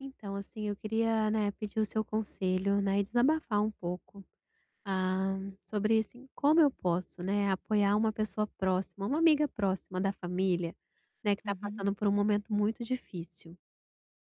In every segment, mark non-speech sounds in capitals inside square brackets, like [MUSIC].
Então, assim, eu queria, né, pedir o seu conselho, né, e desabafar um pouco, ah, sobre, assim, como eu posso, né, apoiar uma pessoa próxima, uma amiga próxima da família, né, que está Uhum. passando por um momento muito difícil.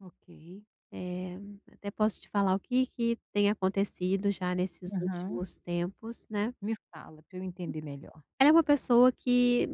Ok. Eh, Até posso te falar o que que tem acontecido já nesses Aham. últimos tempos, né. Me fala para eu entender melhor. Ela é uma pessoa que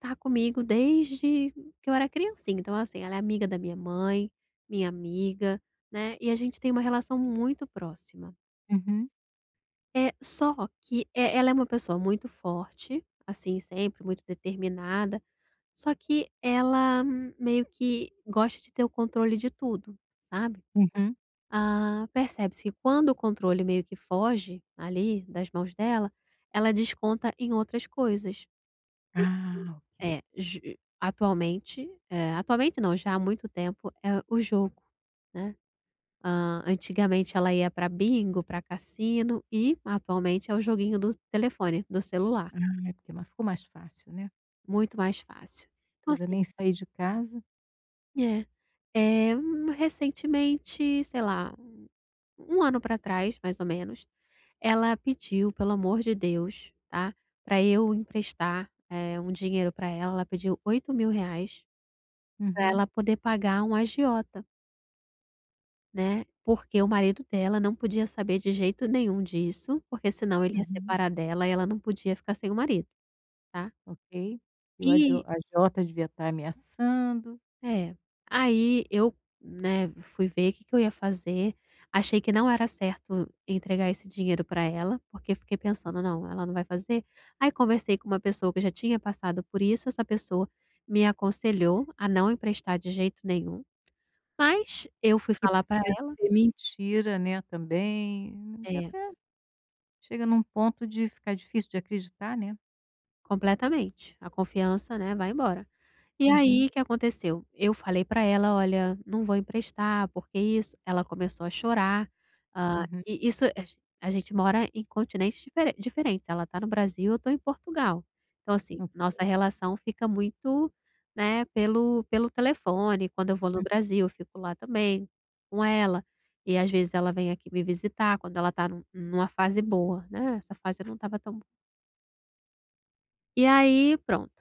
tá comigo desde que eu era criancinha, então, assim, ela é amiga da minha mãe, minha amiga, né, e a gente tem uma relação muito próxima. Uhum, É, só que ela é uma pessoa muito forte, assim, sempre muito determinada, só que ela meio que gosta de ter o controle de tudo, sabe. uhum. Ah, percebe-se que quando o controle meio que foge, ali, das mãos dela, ela desconta em outras coisas. Ah, Isso ok. é, ju atualmente não, já há muito tempo, é o jogo, né. Hã, antigamente ela ia para bingo, para cassino e atualmente é o joguinho do telefone, do celular, Ah, é porque ma ficou mais fácil, né. muito mais fácil. Então, Precisa assim, nem sair de casa. é. Recentemente, sei lá, um ano para trás, mais ou menos, ela pediu, pelo amor de Deus, tá, para eu emprestar, um dinheiro para ela, ela pediu R$ 8.000 para Uhum, ela poder pagar um agiota. Né, porque o marido dela não podia saber de jeito nenhum disso, porque senão ele ia uhum. separar dela e ela não podia ficar sem o marido, tá. Ok. E o adio E a agiota devia estar ameaçando, é, aí eu, né, fui ver o que que eu ia fazer, achei que não era certo entregar esse dinheiro para ela, porque fiquei pensando: "Não, ela não vai fazer". Aí conversei com uma pessoa que já tinha passado por isso, essa pessoa me aconselhou a não emprestar de jeito nenhum, mas eu fui que falar pra podia ser mentira, né, também, que é, até chega num ponto de ficar difícil de acreditar, né. completamente, a confiança, né, vai embora. E Uhum, aí, o que aconteceu? Eu falei pra ela: "Olha, não vou emprestar, porque isso". Ela começou a chorar, hã, uhum, e isso a gente mora em continentes diferentes, ela tá no Brasil, eu tô em Portugal. Então, assim, Ok. nossa relação fica muito, né, pelo telefone, quando eu vou no Hum. Brasil, eu fico lá também com ela, e às vezes ela vem aqui me visitar quando ela tá numa fase boa, né, essa fase não estava tão boa. E aí, pronto,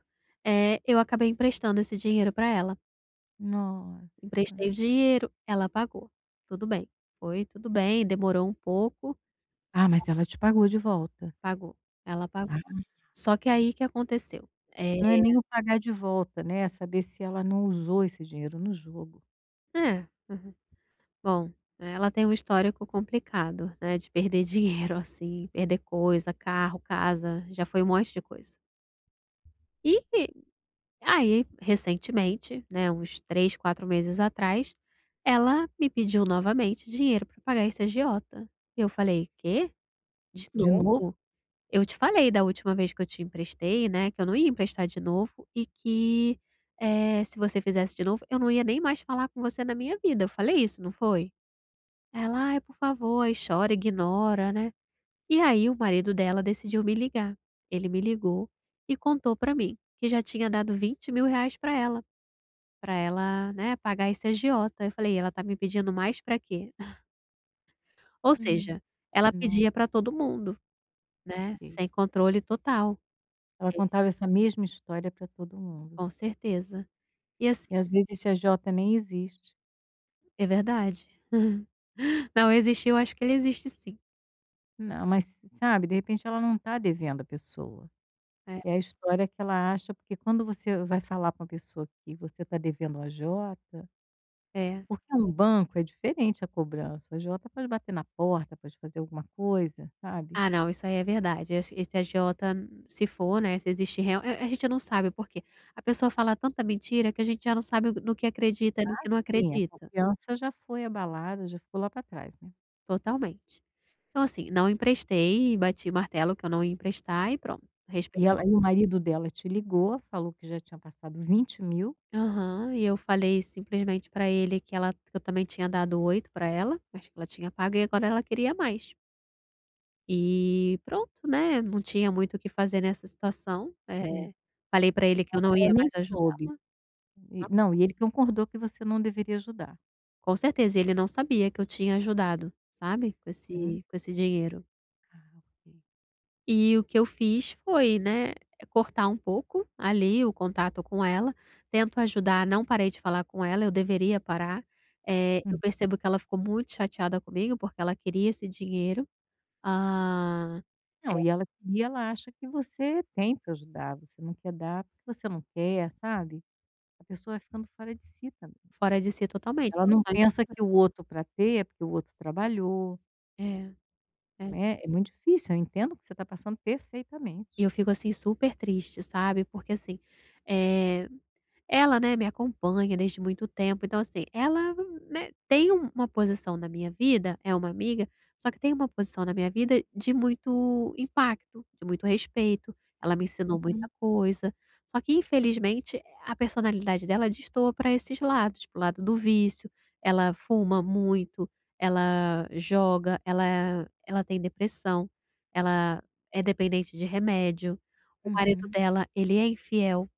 eu acabei emprestando esse dinheiro pra ela. Nossa. Emprestei o dinheiro, ela pagou. Tudo bem, foi tudo bem, demorou um pouco, Ah, mas ela te pagou de volta? pagou, ela Ah, pagou. Só que tá. aí que aconteceu? Não é nem o pagar de volta, né, é saber se ela não usou esse dinheiro no jogo. é, uhum. Bom, ela tem um histórico complicado, né, de perder dinheiro, [LAUGHS] assim, perder coisa, carro, casa, já foi um monte de coisa. E aí, recentemente, né, uns 3, 4 meses atrás, ela me pediu novamente dinheiro para pagar esse agiota. E eu falei: "Quê? De De novo?" novo? Eu te falei da última vez que eu te emprestei, né, que eu não ia emprestar de novo e que se você fizesse de novo, eu não ia nem mais falar com você na minha vida. Eu falei isso, não foi? Ela: "Ai, por favor", aí chora, ignora, né. E aí o marido dela decidiu me ligar. Ele me ligou e contou pra mim que já tinha dado R$ 20.000 pra ela, né, pagar esse agiota. Eu falei: "Ela tá me pedindo mais pra quê?". [LAUGHS] Ou Hum. seja, ela Nossa, pedia pra todo mundo, né, ok. sem controle total, Ela contava essa mesma história para todo mundo. com certeza. E assim E às vezes esse A J nem existe. é verdade. Não, existiu, acho que ele existe sim. Não, mas sabe, de repente ela não está devendo a pessoa. É, É a história que ela acha, porque quando você vai falar pra uma pessoa que você está devendo um A J, é. porque um banco é diferente a cobrança, o A J pode bater na porta, pode fazer alguma coisa, sabe. Ah, não, isso aí é verdade. Esse agiota, se for, né, se existe real a gente não sabe por quê. A pessoa fala tanta mentira que a gente já não sabe no que acredita e no que não Assim, a acredita. confiança já foi abalada, já ficou lá para trás, né. Totalmente. Então, assim, não emprestei, bati o martelo que eu não ia emprestar e pronto, E respeitou. ela e o marido dela te ligou, falou que já tinha passado 20 mil. Aham, e eu falei simplesmente pra ele que ela que eu também tinha dado 8 pra ela, mas que ela tinha pago e agora ela queria mais. E pronto, né, não tinha muito o que fazer nessa situação, Sim, falei pra ele que eu mas não ela ia nem mais soube. ajudá-lo E não, e ele concordou que você não deveria ajudar. com certeza, ele não sabia que eu tinha ajudado, sabe, com Hum, esse com esse dinheiro. ah, ok. E o que eu fiz foi, né, cortar um pouco ali o contato com ela, tento ajudar, não parei de falar com ela, eu deveria parar, eu Hum. percebo que ela ficou muito chateada comigo, porque ela queria esse dinheiro, ah, é, Não, e ela acha que você tem para ajudar, você não quer dar porque você não quer, sabe. A pessoa vai ficando fora de si também. fora de si totalmente, Ela ela não só pensa enxerga que o outro para ter é porque o outro trabalhou, é, é. né, é muito difícil, eu entendo que você está passando E perfeitamente. eu fico, assim, super triste, sabe, porque, assim, eh, ela, né, me acompanha desde muito tempo, então, assim, ela, né, tem uma posição na minha vida, é uma amiga, só que tem uma posição na minha vida de muito impacto, de muito respeito, ela me ensinou muita Uhum, coisa, só que infelizmente a personalidade dela destoa para esses lados, para lado do vício, ela fuma muito, ela joga, ela tem depressão, ela é dependente de remédio, o marido uhum. dela, ele é infiel.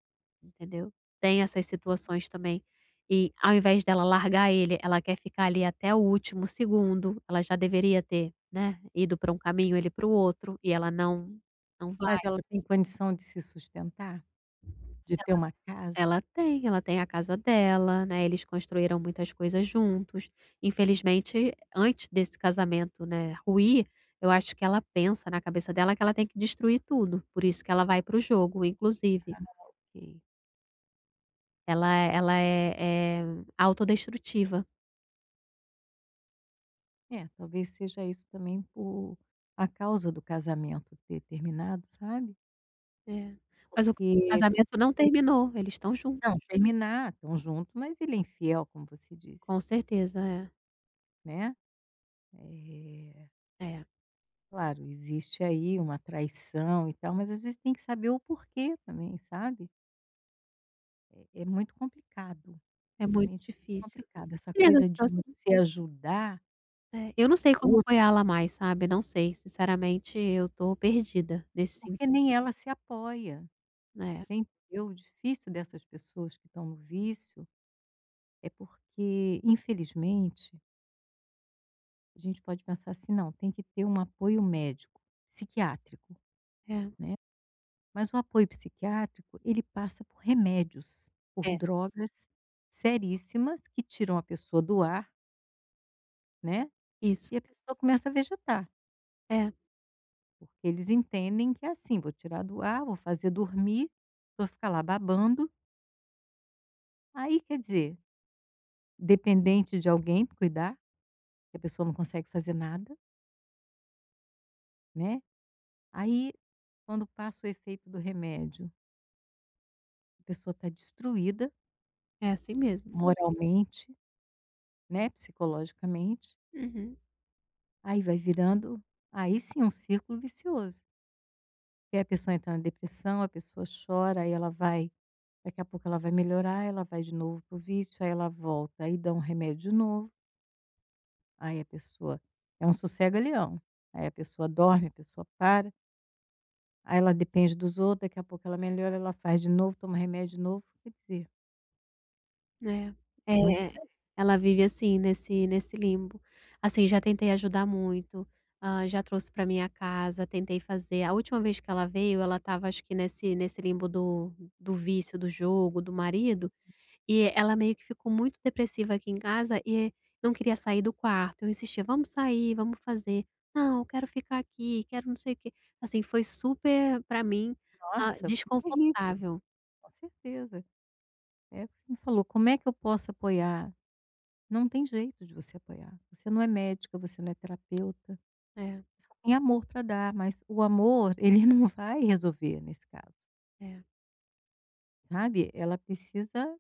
Entendeu? Tem essas situações também. E ao invés dela largar ele, ela quer ficar ali até o último segundo. Ela já deveria ter, né, ido para um caminho, ele para o outro, e ela não Mas vai. ela tem condição de se sustentar? De ter uma casa? Ela tem a casa dela, né, eles construíram muitas coisas juntos. Infelizmente, antes desse casamento, né, ruir, eu acho que ela pensa na cabeça dela que ela tem que destruir tudo. Por isso que ela vai para o jogo, inclusive. Ok. Ela é autodestrutiva. É, talvez seja isso também por a causa do casamento ter terminado, sabe? É. Mas o Porque com casamento não terminou, eles estão juntos, não, terminar, estão juntos, mas ele é infiel, como você disse, com certeza, é, né? Eh, é. Claro, existe aí uma traição e tal, mas às vezes tem que saber o porquê também, sabe? É, é muito complicado, É muito realmente é muito difícil. complicado. Essa E essa coisa de situação você ajudar é, eu não sei como outro, apoiá-la mais, sabe, não sei, sinceramente eu tô perdida nesse sentido. porque nem ela se apoia. É, Você entendeu? O difícil dessas pessoas que estão no vício. É porque, infelizmente, a gente pode pensar assim: "Não, tem que ter um apoio médico, psiquiátrico", é, né. Mas o apoio psiquiátrico, ele passa por remédios, por é, drogas seríssimas que tiram a pessoa do ar, né, isso. e a pessoa começa a vegetar, É, porque eles entendem que é assim: "Vou tirar do ar, vou fazer dormir, vou ficar lá babando". Aí, quer dizer, dependente de alguém cuidar, que a pessoa não consegue fazer nada, né. Aí, quando passa o efeito do remédio, a pessoa está destruída. é assim mesmo. Uhum. Moralmente, né, psicologicamente, Uhum. aí vai virando aí sim um círculo vicioso, que a pessoa entra na depressão, a pessoa chora, aí ela vai daqui a pouco ela vai melhorar, ela vai de novo pro vício, aí ela volta, aí dá um remédio de novo, aí a pessoa é um sossega-leão. Aí a pessoa dorme, a pessoa para, aí ela depende dos outros, daqui a pouco ela melhora, ela faz de novo, toma remédio de novo, quer dizer, É, muito. é, ela vive assim nesse limbo. Assim, já tentei ajudar muito, hã, já trouxe para minha casa, tentei fazer a última vez que ela veio, ela estava acho que nesse limbo do vício, do jogo, do marido, e ela meio que ficou muito depressiva aqui em casa e não queria sair do quarto. Eu insistia: "Vamos sair, vamos fazer". "Não, eu quero ficar aqui, quero não sei o quê". Assim, foi super para mim, Nossa, foi terrível, desconfortável. com certeza. É o que você me falou, como é que eu posso apoiar? Não tem jeito de você apoiar. Você não é médica, você não é terapeuta, É, só tem amor para dar, mas o amor ele [LAUGHS] não vai resolver nesse caso, é. sabe. Ela precisa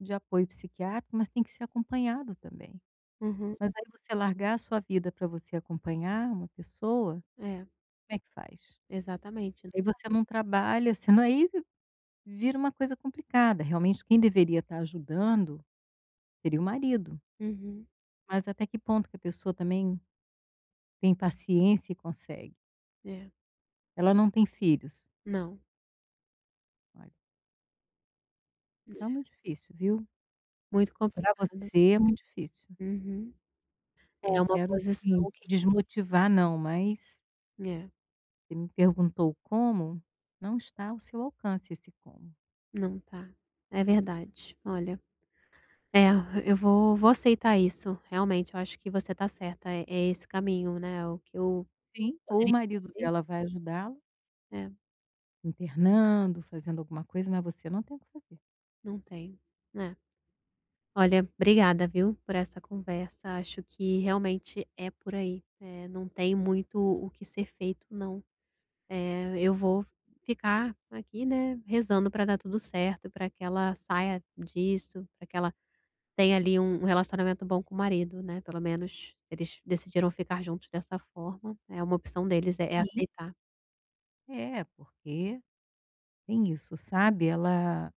de apoio psiquiátrico, mas tem que ser acompanhado também. Uhum. Mas aí você largar a sua vida para você acompanhar uma pessoa, É, como é que faz? exatamente. Aí você não trabalha, [LAUGHS] senão aí vira uma coisa complicada, realmente quem deveria estar ajudando seria o marido. Uhum. Mas até que ponto que a pessoa também tem paciência e consegue? É. Ela não tem filhos. Não. Olha, tá muito difícil, viu. Muito Para complicado. você é muito difícil. Uhum. Não É uma quero, assim, posição te que desmotivar não, mas é. você me perguntou como, não está ao seu alcance esse como. Não tá. É verdade. Olha, é, eu vou aceitar isso. Realmente, eu acho que você tá certa. É é esse caminho, né, é o que eu Sim, ou o poderia marido fazer. dela vai ajudá-la, É, internando, fazendo alguma coisa, mas você não tem o que fazer. não tem. É. Olha, obrigada, viu, por essa conversa. Acho que realmente é por aí. É não tem muito o que ser feito, não. Eu vou ficar aqui, né, rezando para dar tudo certo, para que ela saia disso, para que ela tenha ali um relacionamento bom com o marido, né, pelo menos eles decidiram ficar juntos dessa forma, é uma opção deles, é é Sim, aceitar. é, porque tem isso, sabe,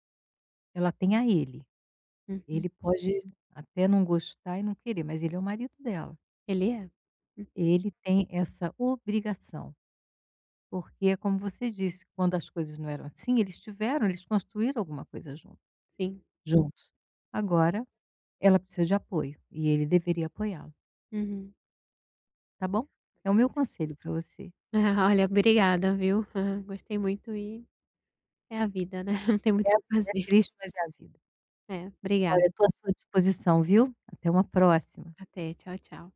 ela tem a ele. Uhum. Ele pode até não gostar e não querer, mas ele é o marido dela. Ele é. Hum, Ele tem essa obrigação, porque é como você disse, quando as coisas não eram assim, eles tiveram, eles construíram alguma coisa sim. juntos. Agora ela precisa de apoio e ele deveria apoiá-la, Uhum. tá bom? É o meu conselho para você. [LAUGHS] Ah, olha, obrigada, viu. [LAUGHS] Hã, gostei muito e é a vida, né, [LAUGHS] não tem muito É o a que vida, é fazer. triste, mas é a vida. É, obrigada. Olha, estou à sua disposição, viu? Até uma próxima. Até, tchau, tchau.